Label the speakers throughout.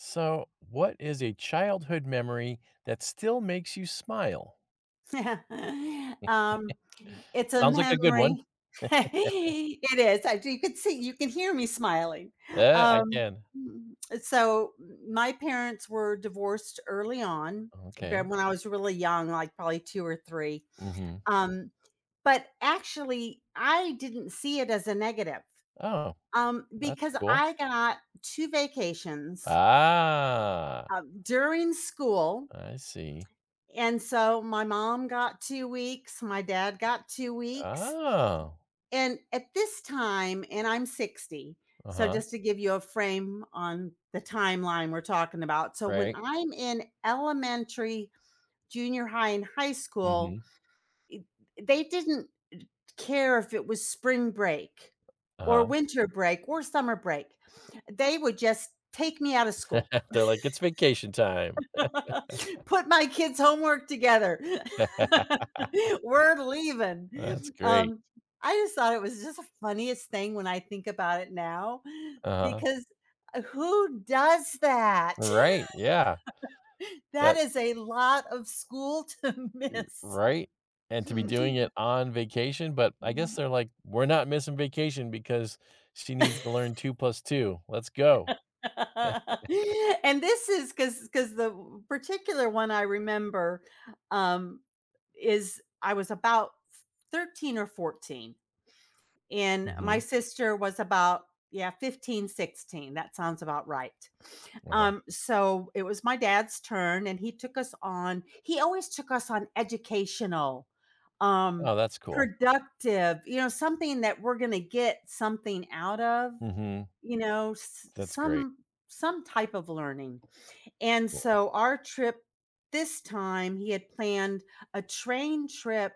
Speaker 1: So, what is a childhood memory that still makes you smile?
Speaker 2: Um, it's a
Speaker 1: Sounds like a good one.
Speaker 2: memory. It is. I You can see, you can hear me smiling.
Speaker 1: Yeah, I
Speaker 2: Um,
Speaker 1: can.
Speaker 2: so my parents were divorced early on, ve
Speaker 1: Okay.
Speaker 2: when I was really young, like probably 2 or 3.
Speaker 1: Hmm.
Speaker 2: Um, but actually, I didn't see it as a negative,
Speaker 1: Oh, that's
Speaker 2: because
Speaker 1: cool.
Speaker 2: I got 2 vacations,
Speaker 1: Ah,
Speaker 2: during school,
Speaker 1: I see.
Speaker 2: and so my mom got 2 weeks, my dad got 2 weeks.
Speaker 1: Oh,
Speaker 2: And at this time, and I'm 60,
Speaker 1: uh
Speaker 2: so
Speaker 1: huh.
Speaker 2: just to give you a frame on the timeline we're talking about. So when
Speaker 1: Right.
Speaker 2: I'm in elementary, junior high, and high
Speaker 1: Hmm.
Speaker 2: school, it they didn't care if it was spring break
Speaker 1: Uh
Speaker 2: or
Speaker 1: huh.
Speaker 2: winter break or summer break. They would just take me out of school.
Speaker 1: They're like, it's vacation time.
Speaker 2: Put my kids' homework together. We're leaving.
Speaker 1: That's great.
Speaker 2: Um, I just thought it was just the funniest thing when I think about it now
Speaker 1: Uh huh.
Speaker 2: because who does that?
Speaker 1: Right. Yeah.
Speaker 2: That
Speaker 1: That
Speaker 2: is a lot of school to
Speaker 1: R
Speaker 2: miss.
Speaker 1: right? And to be doing it on vacation, but I guess they're like, "We're not missing vacation because she needs to learn 2 plus 2. Let's go."
Speaker 2: And this is because the w particular one I remember, um, is I was about 13 or 14. And my
Speaker 1: Mhm,
Speaker 2: sister was about, yeah, 15, 16, that sounds about right.
Speaker 1: uh-huh.
Speaker 2: So it was my dad's turn, and he always took us on educational, um,
Speaker 1: Oh, that's cool.
Speaker 2: productive, you know, something that we're going to get something out of,
Speaker 1: Mhm,
Speaker 2: you know,
Speaker 1: that's great.
Speaker 2: some type of learning. And
Speaker 1: Cool.
Speaker 2: so our trip this time, he had planned a train trip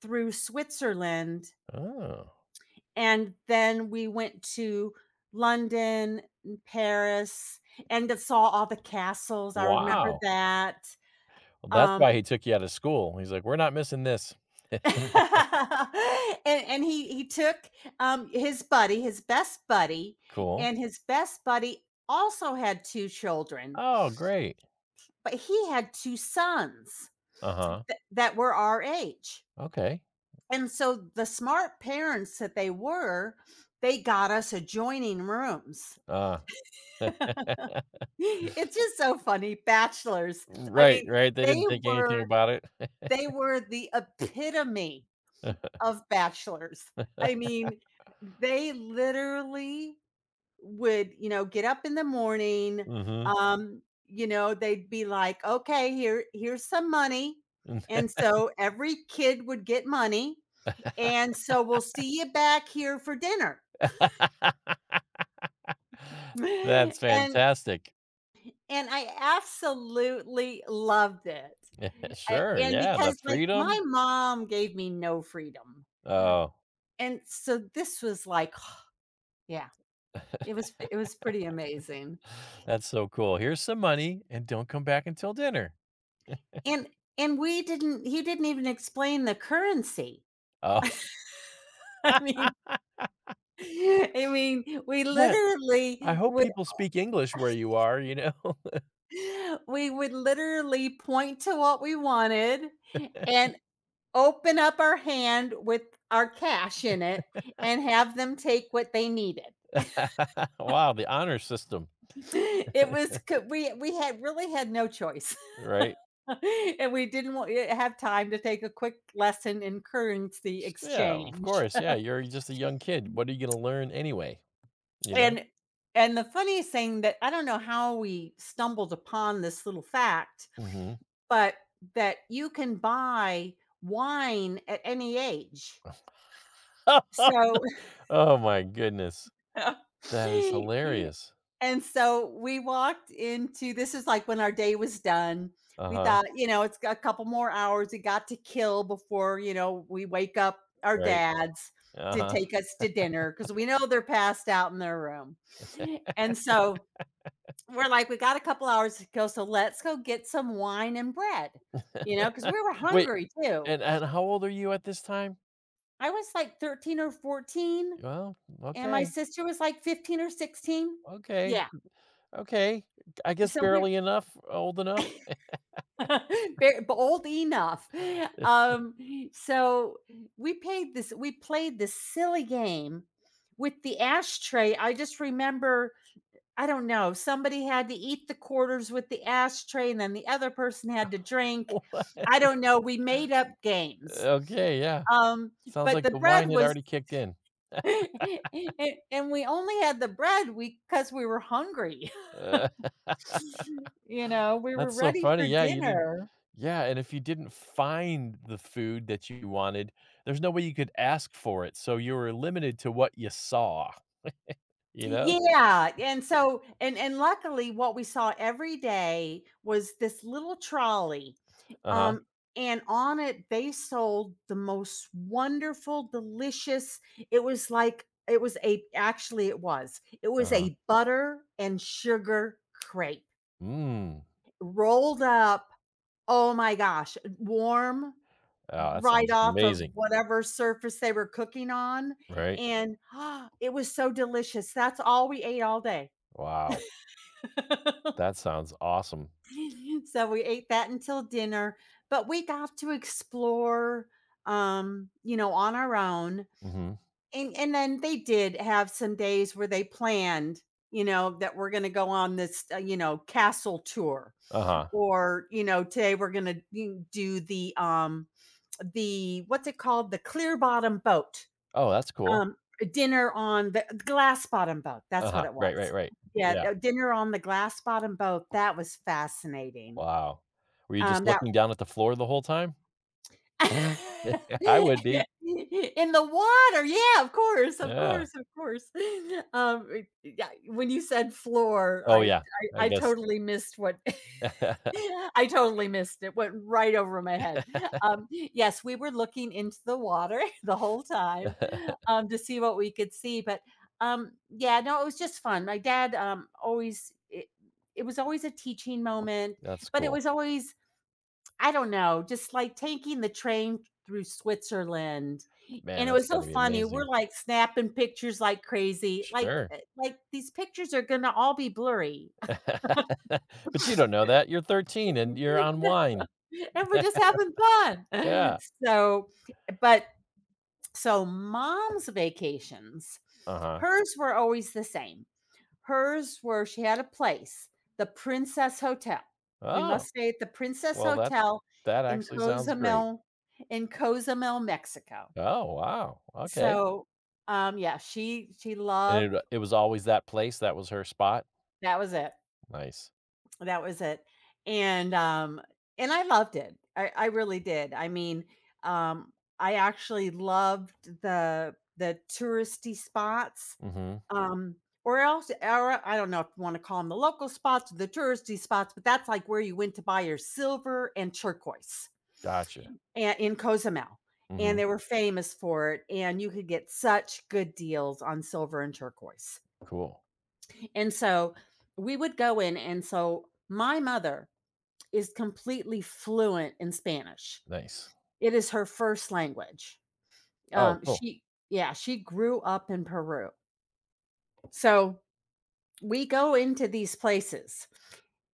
Speaker 2: through Switzerland,
Speaker 1: Oh,
Speaker 2: and then we went to London and Paris, and just saw all the castles, I remember
Speaker 1: wow.
Speaker 2: that.
Speaker 1: Well, that's
Speaker 2: Um,
Speaker 1: why he took you out of school. He's like, "We're not missing this."
Speaker 2: and he took, his buddy, his best buddy,
Speaker 1: Cool.
Speaker 2: and his best buddy also had 2 children,
Speaker 1: Oh, great.
Speaker 2: but he had 2 sons
Speaker 1: Uh-huh.
Speaker 2: that were our age.
Speaker 1: Okay.
Speaker 2: And so the smart parents that they were, they got us adjoining rooms.
Speaker 1: Uh,
Speaker 2: It's just so funny, bachelors. I
Speaker 1: right,
Speaker 2: mean,
Speaker 1: right, they
Speaker 2: they
Speaker 1: didn't think anything
Speaker 2: were
Speaker 1: about it.
Speaker 2: they were the epitome of bachelors. I mean, they literally would, you know, get up in the morning,
Speaker 1: Mhm.
Speaker 2: you know, they'd be like, "Okay, here's some money." And so every kid would get money, and so, "We'll see you back here for dinner."
Speaker 1: That's
Speaker 2: And
Speaker 1: fantastic.
Speaker 2: And I absolutely loved it. A
Speaker 1: Sure,
Speaker 2: and
Speaker 1: yeah, the
Speaker 2: because, like,
Speaker 1: freedom.
Speaker 2: my mom gave me no freedom.
Speaker 1: Oh,
Speaker 2: And so this was like, yeah, it was pretty amazing.
Speaker 1: that's so cool. "Here's some money, and don't come back until dinner."
Speaker 2: And and we didn't he didn't even explain the currency.
Speaker 1: Oh,
Speaker 2: I mean I mean, we
Speaker 1: yeah, I
Speaker 2: literally
Speaker 1: hope
Speaker 2: would,
Speaker 1: people speak English where you are, you know?
Speaker 2: we would literally point to what we wanted, and open up our hand with our cash in it, and have them take what they needed.
Speaker 1: Wow, the honor system,
Speaker 2: It was co- we had really had no choice,
Speaker 1: right?
Speaker 2: and we didn't want, have time to take a quick lesson in currency
Speaker 1: S yeah, of
Speaker 2: exchange.
Speaker 1: course, yeah, you're just a young kid. What are you gonna learn anyway, you know?
Speaker 2: And and the funniest thing, that I don't know how we stumbled upon this little fact,
Speaker 1: Mhm.
Speaker 2: but that you can buy wine at any age. So
Speaker 1: Oh my goodness. That is hilarious.
Speaker 2: and so we walked into, this is like when our day was done. We
Speaker 1: Uh-huh,
Speaker 2: thought, you know, it's got a couple more hours we got to kill before, you know, we wake up our
Speaker 1: right,
Speaker 2: dads to
Speaker 1: uh-huh.
Speaker 2: take us to dinner, because we know they're passed out in their room. And so we're like, we got a couple hours to go. So let's go get some wine and bread, you know, because we were
Speaker 1: Wait,
Speaker 2: hungry too.
Speaker 1: and how old are you at this time?
Speaker 2: I was like 13 or 14,
Speaker 1: Well,
Speaker 2: and my
Speaker 1: okay,
Speaker 2: sister was like 15 or 16.
Speaker 1: okay.
Speaker 2: Yeah.
Speaker 1: Okay, I guess
Speaker 2: So we
Speaker 1: barely enough old enough?
Speaker 2: very bold enough. Um, so we played this silly game with the ashtray. I just remember, I don't know, somebody had to eat the quarters with the ashtray and then the other person had to drink.
Speaker 1: What?
Speaker 2: I don't know, we made up games.
Speaker 1: Okay, yeah.
Speaker 2: Um,
Speaker 1: Sounds
Speaker 2: but
Speaker 1: like
Speaker 2: the
Speaker 1: the wine
Speaker 2: bread
Speaker 1: had
Speaker 2: was
Speaker 1: already kicked in.
Speaker 2: and we only had the bread we because we were hungry.
Speaker 1: Uh,
Speaker 2: You know, we were
Speaker 1: That's so
Speaker 2: ready for
Speaker 1: funny, yeah, you did
Speaker 2: dinner.
Speaker 1: yeah, and if you didn't find the food that you wanted, there's no way you could ask for it, so you were limited to what you saw, you know?
Speaker 2: Yeah, and luckily what we saw every day was this little trolley,
Speaker 1: Uh-huh,
Speaker 2: um, and on it they sold the most wonderful, delicious, it was like it was a actually it was. It was
Speaker 1: uh-huh.
Speaker 2: a butter and sugar crepe
Speaker 1: Mm.
Speaker 2: rolled up, oh my gosh, warm
Speaker 1: Oh, that
Speaker 2: right
Speaker 1: sounds
Speaker 2: off of
Speaker 1: amazing,
Speaker 2: whatever surface they were cooking on,
Speaker 1: right?
Speaker 2: and it was so delicious. That's all we ate all day.
Speaker 1: Wow, that sounds awesome.
Speaker 2: So we ate that until dinner, but we got to explore, you know, on our own.
Speaker 1: Mhm.
Speaker 2: And then they did have some days where they planned, you know, that we're going to go on this, you know, castle tour,
Speaker 1: Uh-huh.
Speaker 2: or, you know, today we're going to do the the, what's it called? The clear bottom boat.
Speaker 1: Oh, that's cool.
Speaker 2: Um Dinner on the glass bottom boat. That's
Speaker 1: Uh-huh.
Speaker 2: what it
Speaker 1: Right, right,
Speaker 2: was.
Speaker 1: right.
Speaker 2: Yeah,
Speaker 1: Yeah.
Speaker 2: dinner on the glass bottom boat. That was fascinating.
Speaker 1: Wow. Were you just
Speaker 2: That
Speaker 1: looking down at the floor the whole time?
Speaker 2: in
Speaker 1: I would be.
Speaker 2: the water, yeah, of course, of
Speaker 1: Yeah.
Speaker 2: course, of course. Um, eh, yeah, when you said floor,
Speaker 1: Oh,
Speaker 2: I
Speaker 1: yeah, I
Speaker 2: I I
Speaker 1: guess.
Speaker 2: totally missed what I totally missed it, went right over my head. Yes, we were looking into the water the whole time, to see what we could see, but, yeah, no, it was just fun. My dad, always it it was always a teaching moment,
Speaker 1: That's
Speaker 2: but it
Speaker 1: cool.
Speaker 2: was always, I don't know, just, like, taking the train through Switzerland,
Speaker 1: Man,
Speaker 2: and it
Speaker 1: that's
Speaker 2: was so
Speaker 1: gotta be
Speaker 2: funny, we're,
Speaker 1: amazing.
Speaker 2: like, snapping pictures like crazy, like,
Speaker 1: Sure.
Speaker 2: like, these pictures are gonna all be blurry.
Speaker 1: But you don't know that, you're 13 and you're on wine.
Speaker 2: And we're just having fun.
Speaker 1: Yeah.
Speaker 2: So but so mom's vacations,
Speaker 1: Uh-huh.
Speaker 2: hers were always the same. Hers were she had a place, the Princess Hotel. We
Speaker 1: Oh,
Speaker 2: must stay at the Princess
Speaker 1: well, that
Speaker 2: Hotel
Speaker 1: that
Speaker 2: in
Speaker 1: actually sounds great.
Speaker 2: Cozumel, in Cozumel, Mexico.
Speaker 1: Oh, wow, okay.
Speaker 2: So, yeah, she
Speaker 1: And it uh,
Speaker 2: loved,
Speaker 1: it was always that place, that was her spot?
Speaker 2: that was it.
Speaker 1: Nice.
Speaker 2: That was it. And, um, and I loved it. I really did. I mean, um, I actually loved the touristy spots.
Speaker 1: Mhm,
Speaker 2: Um, or else, or I don't know if you wanna call them the local spots, the touristy spots, but that's, like, where you went to buy your silver and turquoise,
Speaker 1: gotcha.
Speaker 2: and in Cozumel, and
Speaker 1: Mhm,
Speaker 2: they were famous for it, and you could get such good deals on silver and turquoise.
Speaker 1: cool,
Speaker 2: And so, we would go in, and so my mother is completely fluent in Spanish.
Speaker 1: nice.
Speaker 2: It is her first language.
Speaker 1: Oh,
Speaker 2: Um,
Speaker 1: cool.
Speaker 2: she yeah, she grew up in Peru. So, we go into these places,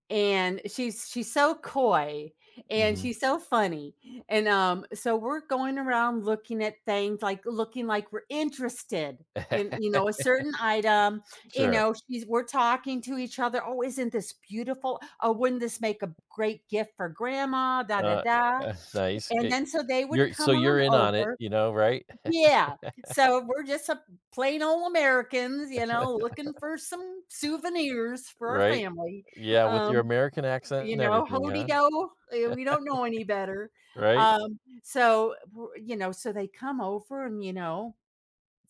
Speaker 2: and she's so coy, and
Speaker 1: Mhm.
Speaker 2: she's so funny, and, so we're going around looking at things, like, looking like we're interested in, you know, a certain item. You
Speaker 1: Sure.
Speaker 2: know, she's we're talking to each other, "Oh, isn't this beautiful? Oh, wouldn't this make a great gift for grandma? Da, da,
Speaker 1: Uh,
Speaker 2: da."
Speaker 1: Nice.
Speaker 2: And
Speaker 1: Ye
Speaker 2: then so they would
Speaker 1: you're so
Speaker 2: come
Speaker 1: you're
Speaker 2: on
Speaker 1: in on it,
Speaker 2: over.
Speaker 1: you know, right?
Speaker 2: Yeah. So we're just a plain old Americans, you know, looking for some souvenirs for our
Speaker 1: Right?
Speaker 2: family,
Speaker 1: Yeah, with your
Speaker 2: um,
Speaker 1: American accent
Speaker 2: you
Speaker 1: and
Speaker 2: know,
Speaker 1: everything,
Speaker 2: hoity
Speaker 1: huh?
Speaker 2: do," we don't know any better.
Speaker 1: Right?
Speaker 2: So, w you know, so they come over and, you know,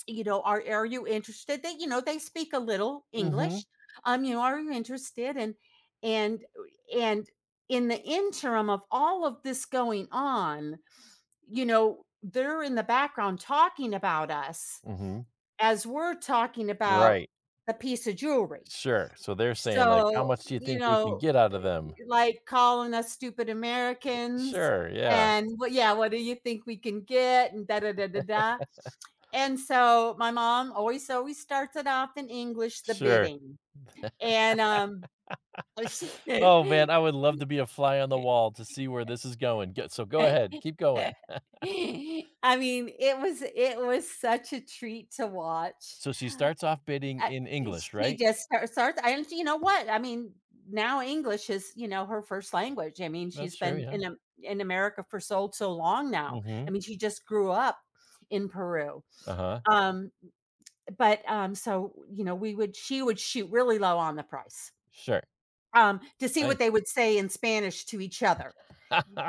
Speaker 2: you know, are you interested?" They, you know, they speak a little
Speaker 1: Mhm,
Speaker 2: English. You know, "Are you interested?" And uh, and in the interim of all of this going on, you know, they're in the background talking about us
Speaker 1: mhm,
Speaker 2: as we're talking about
Speaker 1: right,
Speaker 2: the piece of jewelry.
Speaker 1: sure. So they're saying, like, "How
Speaker 2: So,
Speaker 1: much do you
Speaker 2: you
Speaker 1: think we can
Speaker 2: know,
Speaker 1: get out of them?"
Speaker 2: like calling us stupid Americans,
Speaker 1: Sure, yeah,
Speaker 2: and what, yeah, what do you think we can get? And da da da da da. And so my mom always always starts it off in English, the
Speaker 1: sure.
Speaker 2: bidding. And she
Speaker 1: Oh, man, I would love to be a fly on the wall to see where this is going. Go So, go ahead, keep going.
Speaker 2: I mean, it was such a treat to watch.
Speaker 1: So she starts off bidding
Speaker 2: Uh,
Speaker 1: in English,
Speaker 2: she
Speaker 1: right?
Speaker 2: just start starts, and you know what? I mean, now English is, you know, her first language. I mean,
Speaker 1: That's
Speaker 2: she's
Speaker 1: true,
Speaker 2: been
Speaker 1: yeah.
Speaker 2: in Am in America for so long now. I
Speaker 1: Mhm.
Speaker 2: mean, she just grew up in Peru.
Speaker 1: Uh-huh.
Speaker 2: Um, but, you know, we would she would shoot really low on the price,
Speaker 1: Sure.
Speaker 2: to see what
Speaker 1: Nice.
Speaker 2: they would say in Spanish to each other.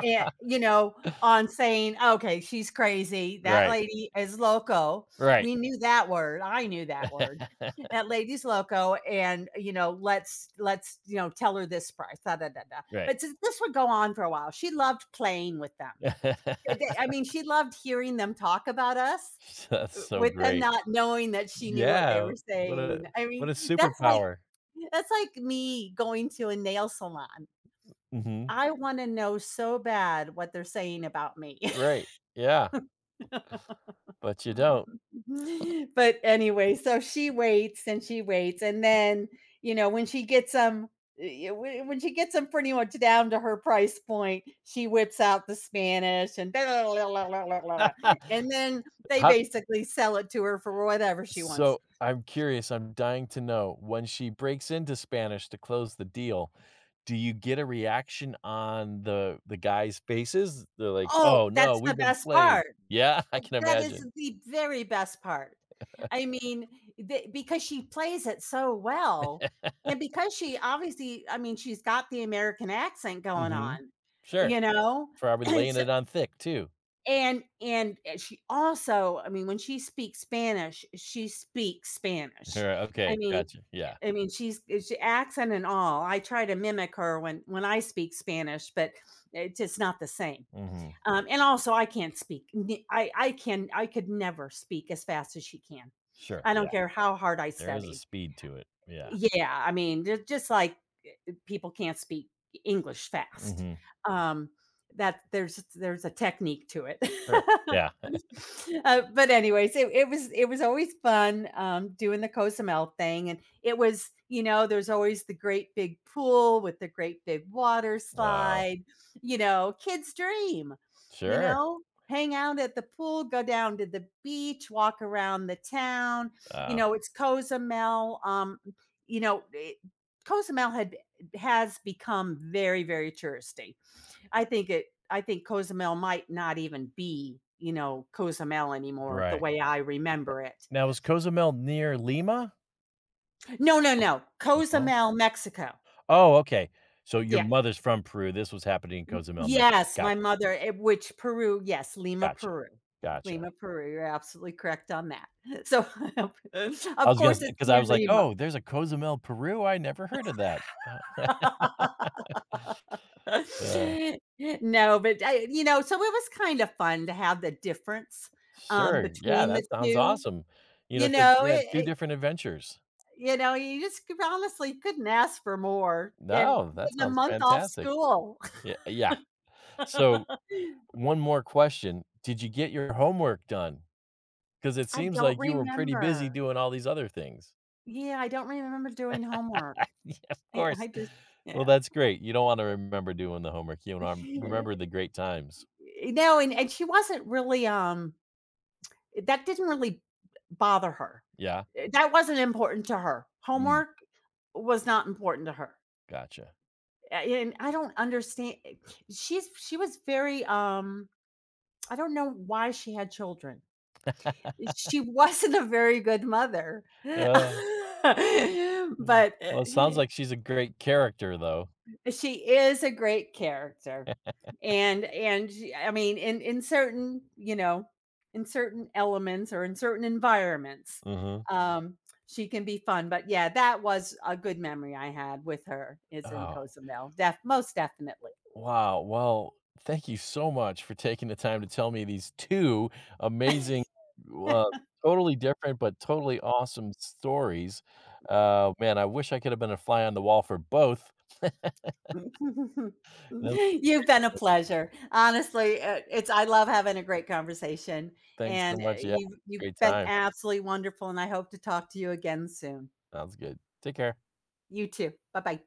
Speaker 2: And, you know, on saying, "Okay, she's crazy. That
Speaker 1: Right,
Speaker 2: lady is loco."
Speaker 1: right.
Speaker 2: We knew that word. I knew that word. That lady's loco, and, you know, let's, you know, tell her this price, da, da, da, da.
Speaker 1: Right.
Speaker 2: But th this would go on for a while. She loved playing with them. Eh, they I mean, she loved hearing them talk about us,
Speaker 1: That's so
Speaker 2: with them
Speaker 1: great.
Speaker 2: not knowing that she knew what they
Speaker 1: Yeah,
Speaker 2: were
Speaker 1: what a
Speaker 2: saying. I
Speaker 1: what
Speaker 2: mean,
Speaker 1: a
Speaker 2: that's like
Speaker 1: superpower.
Speaker 2: that's like me going to a nail salon.
Speaker 1: Mhm.
Speaker 2: I wanna know so bad what they're saying about me.
Speaker 1: Right, yeah, but you don't.
Speaker 2: But anyway, so she waits, and then, you know, when she gets them pretty much down to her price point, she whips out the Spanish and blah, blah, blah, blah, blah, blah, blah. And then they
Speaker 1: How
Speaker 2: basically sell it to her for whatever she wants.
Speaker 1: So, I'm curious, I'm dying to know, when she breaks into Spanish to close the deal, do you get a reaction on the guys' faces? They're like, "Oh,
Speaker 2: Oh,
Speaker 1: no,
Speaker 2: that's the
Speaker 1: we've been
Speaker 2: best
Speaker 1: played."
Speaker 2: part.
Speaker 1: Yeah, I can
Speaker 2: That is
Speaker 1: imagine.
Speaker 2: the very best part. I mean, the because she plays it so well, and because she obviously, I mean, she's got the American accent going on,
Speaker 1: Mhm. Sure.
Speaker 2: you know?
Speaker 1: Probably laying
Speaker 2: So
Speaker 1: it on thick too.
Speaker 2: and she also, I mean, when she speaks Spanish, she speaks Spanish.
Speaker 1: Yeah,
Speaker 2: I
Speaker 1: okay,
Speaker 2: mean
Speaker 1: gotcha, yeah.
Speaker 2: I mean, she, accent and all, I try to mimic her when I speak Spanish, but it's just not the same.
Speaker 1: Mhm.
Speaker 2: And also I can't speak. I can, I could never speak as fast as she can.
Speaker 1: Sure,
Speaker 2: I don't
Speaker 1: yeah.
Speaker 2: care how hard I
Speaker 1: There is a
Speaker 2: studied.
Speaker 1: speed to it. Yeah.
Speaker 2: Yeah, I mean, just like, people can't speak English fast.
Speaker 1: Mhm.
Speaker 2: Um, that there's a technique to it.
Speaker 1: Sure. Yeah.
Speaker 2: But anyways, it was always fun, doing the Cozumel thing, and it was, you know, there's always the great big pool with the great big water
Speaker 1: Wow.
Speaker 2: slide, you know, kids dream, you
Speaker 1: Sure.
Speaker 2: know, hang out at the pool, go down to the beach, walk around the town, you
Speaker 1: Wow.
Speaker 2: know, it's Cozumel, you know, Cozumel had, has become very touristy. I think Cozumel might not even be, you know, Cozumel anymore the
Speaker 1: Right.
Speaker 2: way I remember it.
Speaker 1: Now is Cozumel near Lima?
Speaker 2: No, no, no.
Speaker 1: Oh.
Speaker 2: Cozumel, Mexico.
Speaker 1: Oh, okay. So your
Speaker 2: Yeah.
Speaker 1: mother's from Peru, this was happening in Cozumel, Mexico.
Speaker 2: Yes, my
Speaker 1: Gotcha,
Speaker 2: mother, eh, which Peru, yes, Lima,
Speaker 1: gotcha,
Speaker 2: Peru.
Speaker 1: gotcha.
Speaker 2: Lima, Peru. You're absolutely correct on that. So,
Speaker 1: I
Speaker 2: of
Speaker 1: was gonna
Speaker 2: course,
Speaker 1: say
Speaker 2: it's
Speaker 1: because I
Speaker 2: near
Speaker 1: was like,
Speaker 2: Lima.
Speaker 1: "Oh, there's a Cozumel, Peru? I never heard of that." Oh. Uh,
Speaker 2: No, but I you know, so it was kind of fun to have the difference,
Speaker 1: sure, yeah,
Speaker 2: between
Speaker 1: that
Speaker 2: the
Speaker 1: sounds
Speaker 2: 2.
Speaker 1: awesome. You know,
Speaker 2: You
Speaker 1: because
Speaker 2: know,
Speaker 1: yeah, 2
Speaker 2: it
Speaker 1: different adventures.
Speaker 2: you know, you just could honestly couldn't ask for more, and
Speaker 1: No, that
Speaker 2: getting a
Speaker 1: sounds
Speaker 2: month off
Speaker 1: fantastic.
Speaker 2: school.
Speaker 1: Yeah, yeah. So,
Speaker 2: I
Speaker 1: one more question, did you get your homework done? Because it seems
Speaker 2: don't
Speaker 1: like you were pretty busy
Speaker 2: remember.
Speaker 1: doing all these other things.
Speaker 2: Yeah, I don't remember doing homework.
Speaker 1: Yeah, of
Speaker 2: I
Speaker 1: course.
Speaker 2: just,
Speaker 1: Well,
Speaker 2: yeah.
Speaker 1: that's great. You don't wanna remember doing the homework, you wanna remember the great times.
Speaker 2: No, and she wasn't really, eh, that didn't really bother her.
Speaker 1: Yeah?
Speaker 2: That wasn't important to her.
Speaker 1: Mm,
Speaker 2: Homework was not important to her.
Speaker 1: gotcha.
Speaker 2: A and I don't understand, she was very, I don't know why she had children. She wasn't a very good mother, but,
Speaker 1: Uh, mm.
Speaker 2: uh,
Speaker 1: Well, it sounds like she's a great character, though.
Speaker 2: she is a great character, and she, I mean, in certain, you know, in certain elements or in certain environments,
Speaker 1: Mhm.
Speaker 2: um, she can be fun, but yeah, that was a good memory I had with her, is in
Speaker 1: Oh,
Speaker 2: Cozumel, def most definitely.
Speaker 1: wow. Well, thank you so much for taking the time to tell me these 2 amazing, uh, totally different, but totally awesome stories. Man, I wish I could have been a fly on the wall for both. That was a
Speaker 2: You've
Speaker 1: great
Speaker 2: been a
Speaker 1: adventure.
Speaker 2: pleasure. Honestly, it's I love having a great conversation,
Speaker 1: Thanks so
Speaker 2: and
Speaker 1: much. Yeah,
Speaker 2: you've
Speaker 1: it's a
Speaker 2: you've
Speaker 1: great
Speaker 2: been
Speaker 1: time.
Speaker 2: absolutely wonderful, and I hope to talk to you again soon.
Speaker 1: Sounds good. Take care.
Speaker 2: You too. Bye bye.